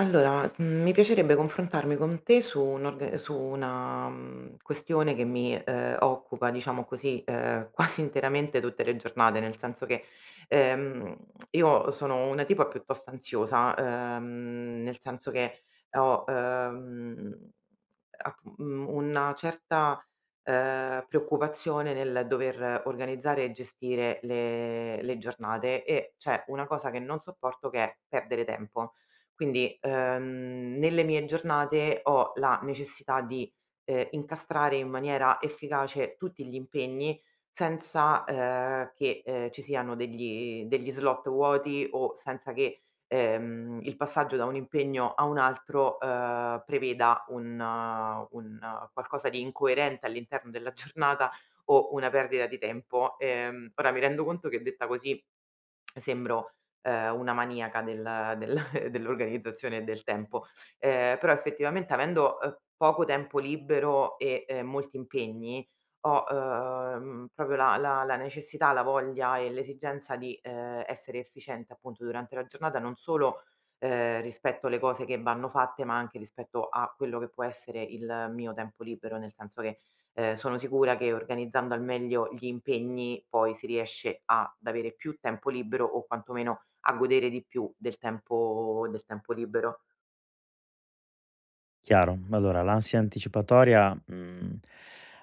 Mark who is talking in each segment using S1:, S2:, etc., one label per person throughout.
S1: Allora, mi piacerebbe confrontarmi con te su un'org su una, questione che mi, occupa diciamo così, quasi interamente tutte le giornate, nel senso che, ehm, io sono una tipa piuttosto ansiosa, nel senso che ho, una certa, preoccupazione nel dover organizzare e gestire le giornate e c'è una cosa che non sopporto che è perdere tempo. Quindi, nelle mie giornate ho la necessità di, incastrare in maniera efficace tutti gli impegni senza, che, ci siano degli slot vuoti o senza che, il passaggio da un impegno a un altro, preveda un qualcosa di incoerente all'interno della giornata o una perdita di tempo. Ora mi rendo conto che detta così sembro, una maniaca del dell'organizzazione e del tempo. Però effettivamente avendo, poco tempo libero e, molti impegni, ho, proprio la necessità, la voglia e l'esigenza di, essere efficiente appunto durante la giornata, non solo, rispetto alle cose che vanno fatte, ma anche rispetto a quello che può essere il mio tempo libero, nel senso che, sono sicura che organizzando al meglio gli impegni, poi si riesce ad avere più tempo libero o quantomeno a godere di più del tempo libero.
S2: Chiaro. Allora, l'ansia anticipatoria,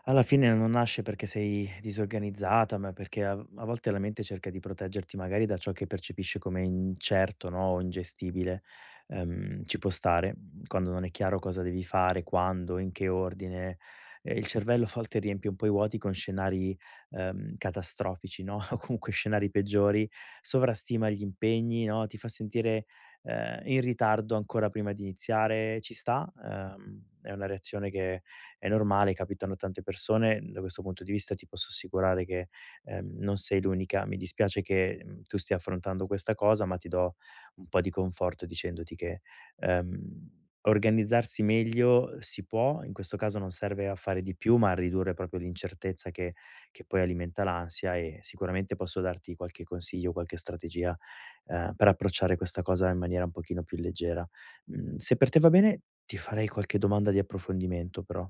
S2: alla fine non nasce perché sei disorganizzata, ma perché a volte la mente cerca di proteggerti magari da ciò che percepisce come incerto, no, o ingestibile. Ci può stare, quando non è chiaro cosa devi fare, quando, in che ordine. Il cervello a volte riempie un po' i vuoti con scenari, catastrofici, no, o comunque scenari peggiori, sovrastima gli impegni, no, ti fa sentire in ritardo ancora prima di iniziare, ci sta, è una reazione che è normale, capitano a tante persone. Da questo punto di vista ti posso assicurare che, non sei l'unica. Mi dispiace che, tu stia affrontando questa cosa, ma ti do un po' di conforto dicendoti che, organizzarsi meglio si può, in questo caso non serve a fare di più, ma a ridurre proprio l'incertezza che poi alimenta l'ansia e sicuramente posso darti qualche consiglio, qualche strategia per approcciare questa cosa in maniera un pochino più leggera. Se per te va bene, ti farei qualche domanda di approfondimento però.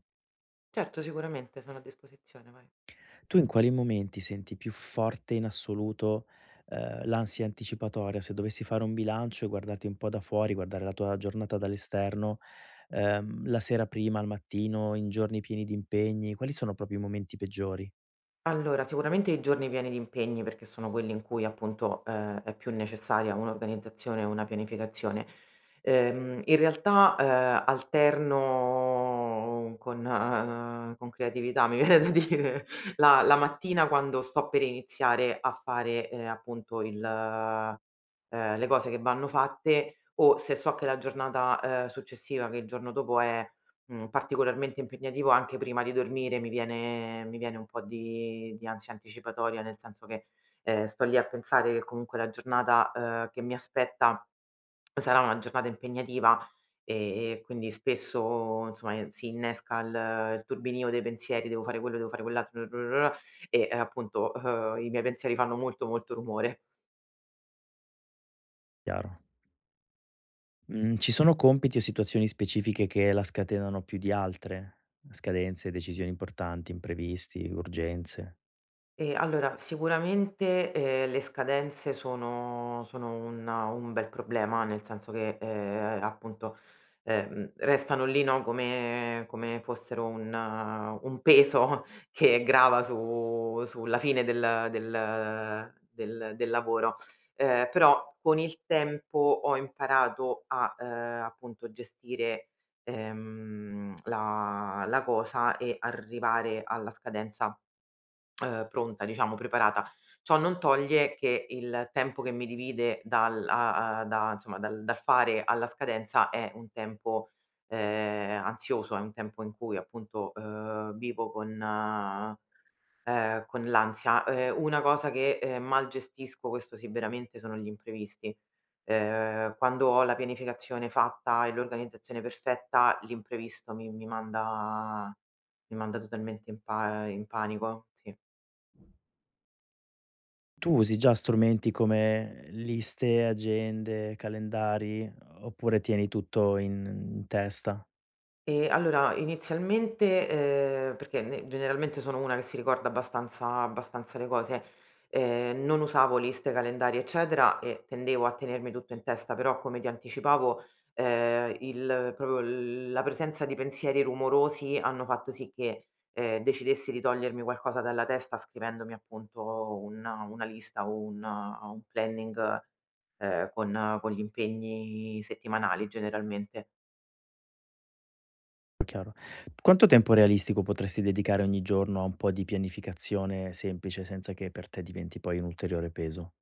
S1: Certo, sicuramente sono a disposizione, vai.
S2: Tu in quali momenti senti più forte in assoluto, l'ansia anticipatoria? Se dovessi fare un bilancio e guardarti un po' da fuori, guardare la tua giornata dall'esterno, la sera prima, al mattino, in giorni pieni di impegni, quali sono proprio i momenti peggiori?
S1: Allora, sicuramente i giorni pieni di impegni, perché sono quelli in cui appunto, è più necessaria un'organizzazione e una pianificazione. In realtà, alterno con creatività, mi viene da dire, la mattina quando sto per iniziare a fare, appunto il le cose che vanno fatte o se so che la giornata, successiva, che il giorno dopo è particolarmente impegnativo anche prima di dormire, mi viene un po' di ansia anticipatoria, nel senso che, sto lì a pensare che comunque la giornata, che mi aspetta sarà una giornata impegnativa, e quindi spesso insomma, si innesca il turbinio dei pensieri: "Devo fare quello, devo fare quell'altro." E appunto, i miei pensieri fanno molto, molto rumore.
S2: Chiaro. Mhmm, Ci sono compiti o situazioni specifiche che la scatenano più di altre? Scadenze, decisioni importanti, imprevisti, urgenze?
S1: E allora, sicuramente, le scadenze sono un bel problema, nel senso che, appunto, restano lì, no, come fossero un peso che grava su sulla fine del lavoro. Però con il tempo ho imparato a, appunto gestire, la cosa e arrivare alla scadenza pronta, diciamo preparata. Ciò non toglie che il tempo che mi divide dal a a da insomma, dal fare alla scadenza è un tempo, ansioso, è un tempo in cui appunto, vivo con l'ansia. Una cosa che, mal gestisco, questo sì veramente, sono gli imprevisti. Quando ho la pianificazione fatta e l'organizzazione perfetta, l'imprevisto mi mi manda totalmente in panico, sì.
S2: Tu usi già strumenti come liste, agende, calendari, oppure tieni tutto in testa?
S1: Allora inizialmente perché ne generalmente sono una che si ricorda abbastanza le cose, non usavo liste, calendari, eccetera, e tendevo a tenermi tutto in testa, però come ti anticipavo, il proprio l la presenza di pensieri rumorosi hanno fatto sì che, decidessi di togliermi qualcosa dalla testa scrivendomi appunto una lista o un planning, con gli impegni settimanali generalmente.
S2: Chiaro. Quanto tempo realistico potresti dedicare ogni giorno a un po' di pianificazione semplice, senza che per te diventi poi un ulteriore peso?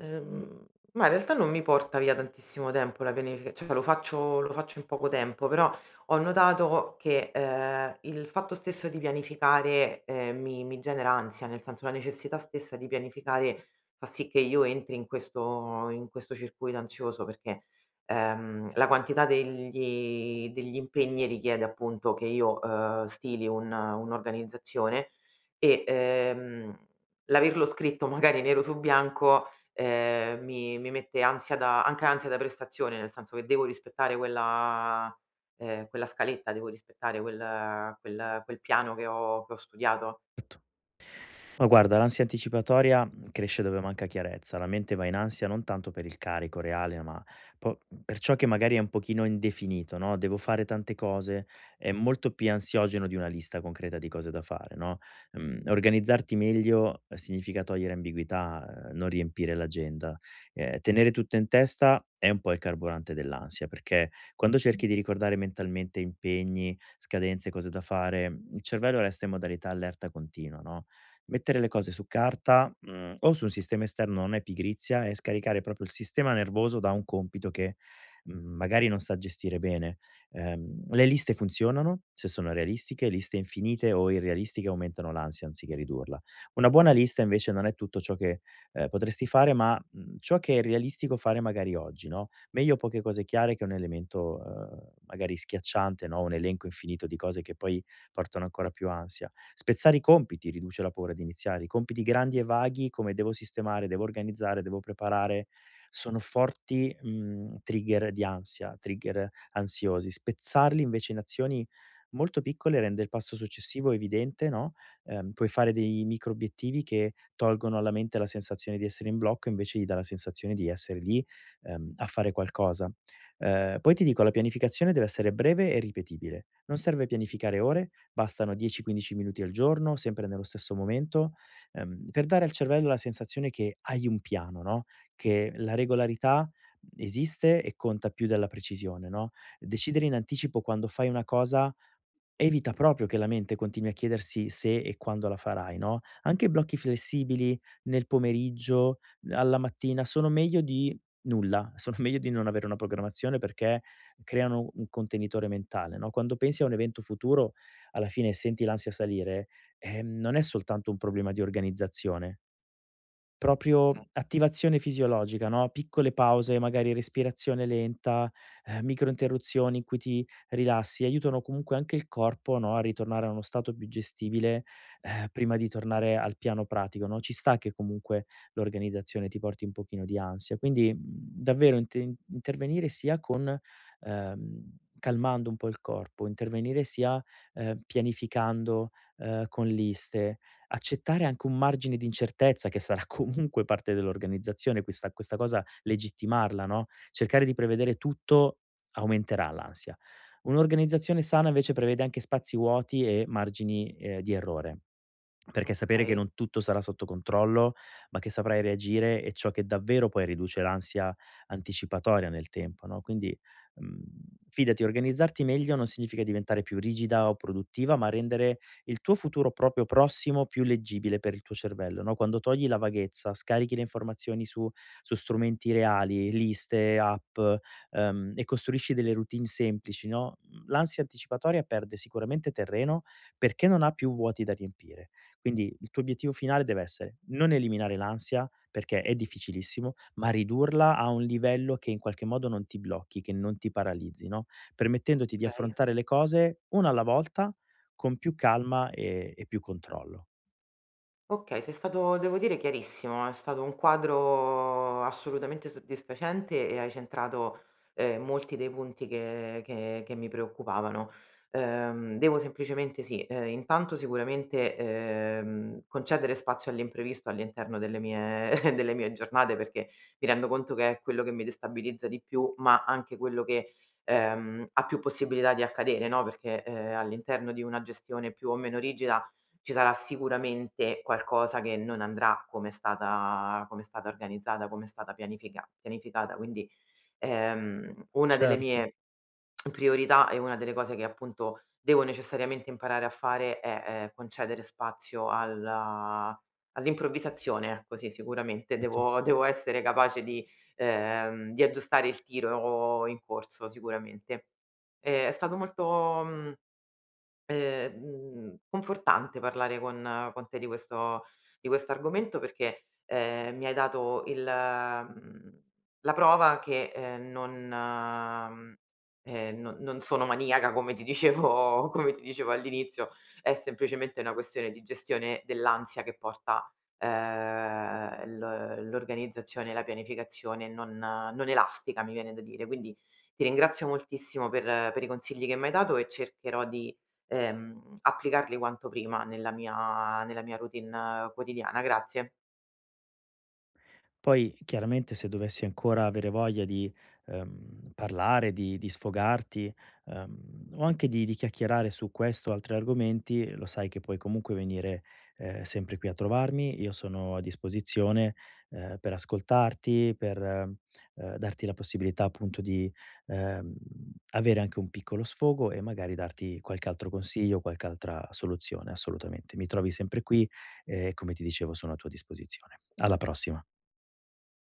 S1: Ehm, ma in realtà non mi porta via tantissimo tempo la pianifica cioè lo faccio in poco tempo, però ho notato che, il fatto stesso di pianificare, mi genera ansia, nel senso la necessità stessa di pianificare fa sì che io entri in questo circuito ansioso perché, la quantità degli impegni richiede appunto che io, stili un un'organizzazione e, l'averlo scritto magari nero su bianco, mi mette ansia da anche ansia da prestazione, nel senso che devo rispettare quella quella scaletta, devo rispettare quel piano che ho studiato.
S2: Certo. Ma guarda, l'ansia anticipatoria cresce dove manca chiarezza, la mente va in ansia non tanto per il carico reale, ma per ciò che magari è un pochino indefinito, no? Devo fare tante cose, è molto più ansiogeno di una lista concreta di cose da fare, no? Organizzarti meglio significa togliere ambiguità, non riempire l'agenda. Tenere tutto in testa è un po' il carburante dell'ansia, perché quando cerchi di ricordare mentalmente impegni, scadenze, cose da fare, il cervello resta in modalità allerta continua, no? Mettere le cose su carta, o su un sistema esterno non è pigrizia, è scaricare proprio il sistema nervoso da un compito che, magari non sa gestire bene. Le liste funzionano se sono realistiche, liste infinite o irrealistiche aumentano l'ansia anziché ridurla. Una buona lista invece non è tutto ciò che, potresti fare, ma, ciò che è realistico fare magari oggi, no, meglio poche cose chiare che un elemento, magari schiacciante, no, un elenco infinito di cose che poi portano ancora più ansia. Spezzare i compiti riduce la paura di iniziare. I compiti grandi e vaghi, come devo sistemare, devo organizzare, devo preparare, sono forti, trigger di ansia, trigger ansiosi. Spezzarli invece in azioni molto piccole rende il passo successivo evidente, no, puoi fare dei micro obiettivi che tolgono alla mente la sensazione di essere in blocco, invece gli dà la sensazione di essere lì, a fare qualcosa. Poi ti dico, la pianificazione deve essere breve e ripetibile. Non serve pianificare ore, bastano 10-15 minuti al giorno, sempre nello stesso momento, per dare al cervello la sensazione che hai un piano, no, che la regolarità esiste e conta più della precisione, no. Decidere in anticipo quando fai una cosa evita proprio che la mente continui a chiedersi se e quando la farai, no, anche blocchi flessibili nel pomeriggio, alla mattina, sono meglio di nulla, sono meglio di non avere una programmazione perché creano un contenitore mentale, no, quando pensi a un evento futuro alla fine senti l'ansia salire, non è soltanto un problema di organizzazione. Proprio attivazione fisiologica, no, piccole pause, magari respirazione lenta, micro interruzioni in cui ti rilassi, aiutano comunque anche il corpo, no, a ritornare a uno stato più gestibile, prima di tornare al piano pratico, no. Ci sta che comunque l'organizzazione ti porti un pochino di ansia. Quindi, davvero intervenire sia con calmando un po' il corpo, intervenire sia, pianificando, con liste, accettare anche un margine di incertezza che sarà comunque parte dell'organizzazione, questa cosa legittimarla, no, cercare di prevedere tutto aumenterà l'ansia. Un'organizzazione sana invece prevede anche spazi vuoti e margini, di errore. Perché sapere che
S1: Okay,
S2: non tutto sarà sotto controllo, ma che saprai reagire è ciò che davvero poi riduce l'ansia anticipatoria nel tempo, no, quindi, mhmm, fidati, organizzarti meglio non significa diventare più rigida o produttiva, ma rendere il tuo futuro proprio prossimo più leggibile per il tuo cervello, no, quando togli la vaghezza, scarichi le informazioni su strumenti reali, liste, app, e costruisci delle routine semplici, no, l'ansia anticipatoria perde sicuramente terreno perché non ha più vuoti da riempire. Quindi il tuo obiettivo finale deve essere non eliminare l'ansia, perché è difficilissimo, ma ridurla a un livello che in qualche modo non ti blocchi, che non ti paralizzi, no, permettendoti di
S1: okay.
S2: affrontare le cose una alla volta con più calma e più controllo.
S1: Okay, sei stato devo dire chiarissimo, è stato un quadro assolutamente soddisfacente e hai centrato, molti dei punti che mi preoccupavano. Devo semplicemente sì, intanto sicuramente, concedere spazio all'imprevisto all'interno delle mie delle mie giornate, perché mi rendo conto che è quello che mi destabilizza di più, ma anche quello che, ha più possibilità di accadere, no, perché, all'interno di una gestione più o meno rigida ci sarà sicuramente qualcosa che non andrà come è stata organizzata, come è stata pianifica pianificata. Quindi, una delle
S2: Certo.
S1: mie priorità e una delle cose che appunto devo necessariamente imparare a fare è, concedere spazio alla all'improvvisazione, ecco sì, sicuramente
S2: Certo.
S1: devo essere capace di aggiustare il tiro in corso sicuramente. È stato molto confortante parlare con te di questo argomento perché, mi hai dato la prova che, non sono maniaca come ti dicevo come ti dicevo all'inizio, è semplicemente una questione di gestione dell'ansia che porta, l'organizzazione e la pianificazione non elastica, mi viene da dire. Quindi ti ringrazio moltissimo per i consigli che m'hai dato e cercherò di applicarli quanto prima nella mia routine quotidiana. Grazie.
S2: Poi chiaramente se dovessi ancora avere voglia di, parlare, di sfogarti, o anche di chiacchierare su questo o altri argomenti, lo sai che puoi comunque venire, sempre qui a trovarmi. Io sono a disposizione, per ascoltarti, per, darti la possibilità appunto di, ehm, avere anche un piccolo sfogo e magari darti qualche altro consiglio, qualche altra soluzione, assolutamente. Mi trovi sempre qui e come ti dicevo sono a tua disposizione. Alla prossima.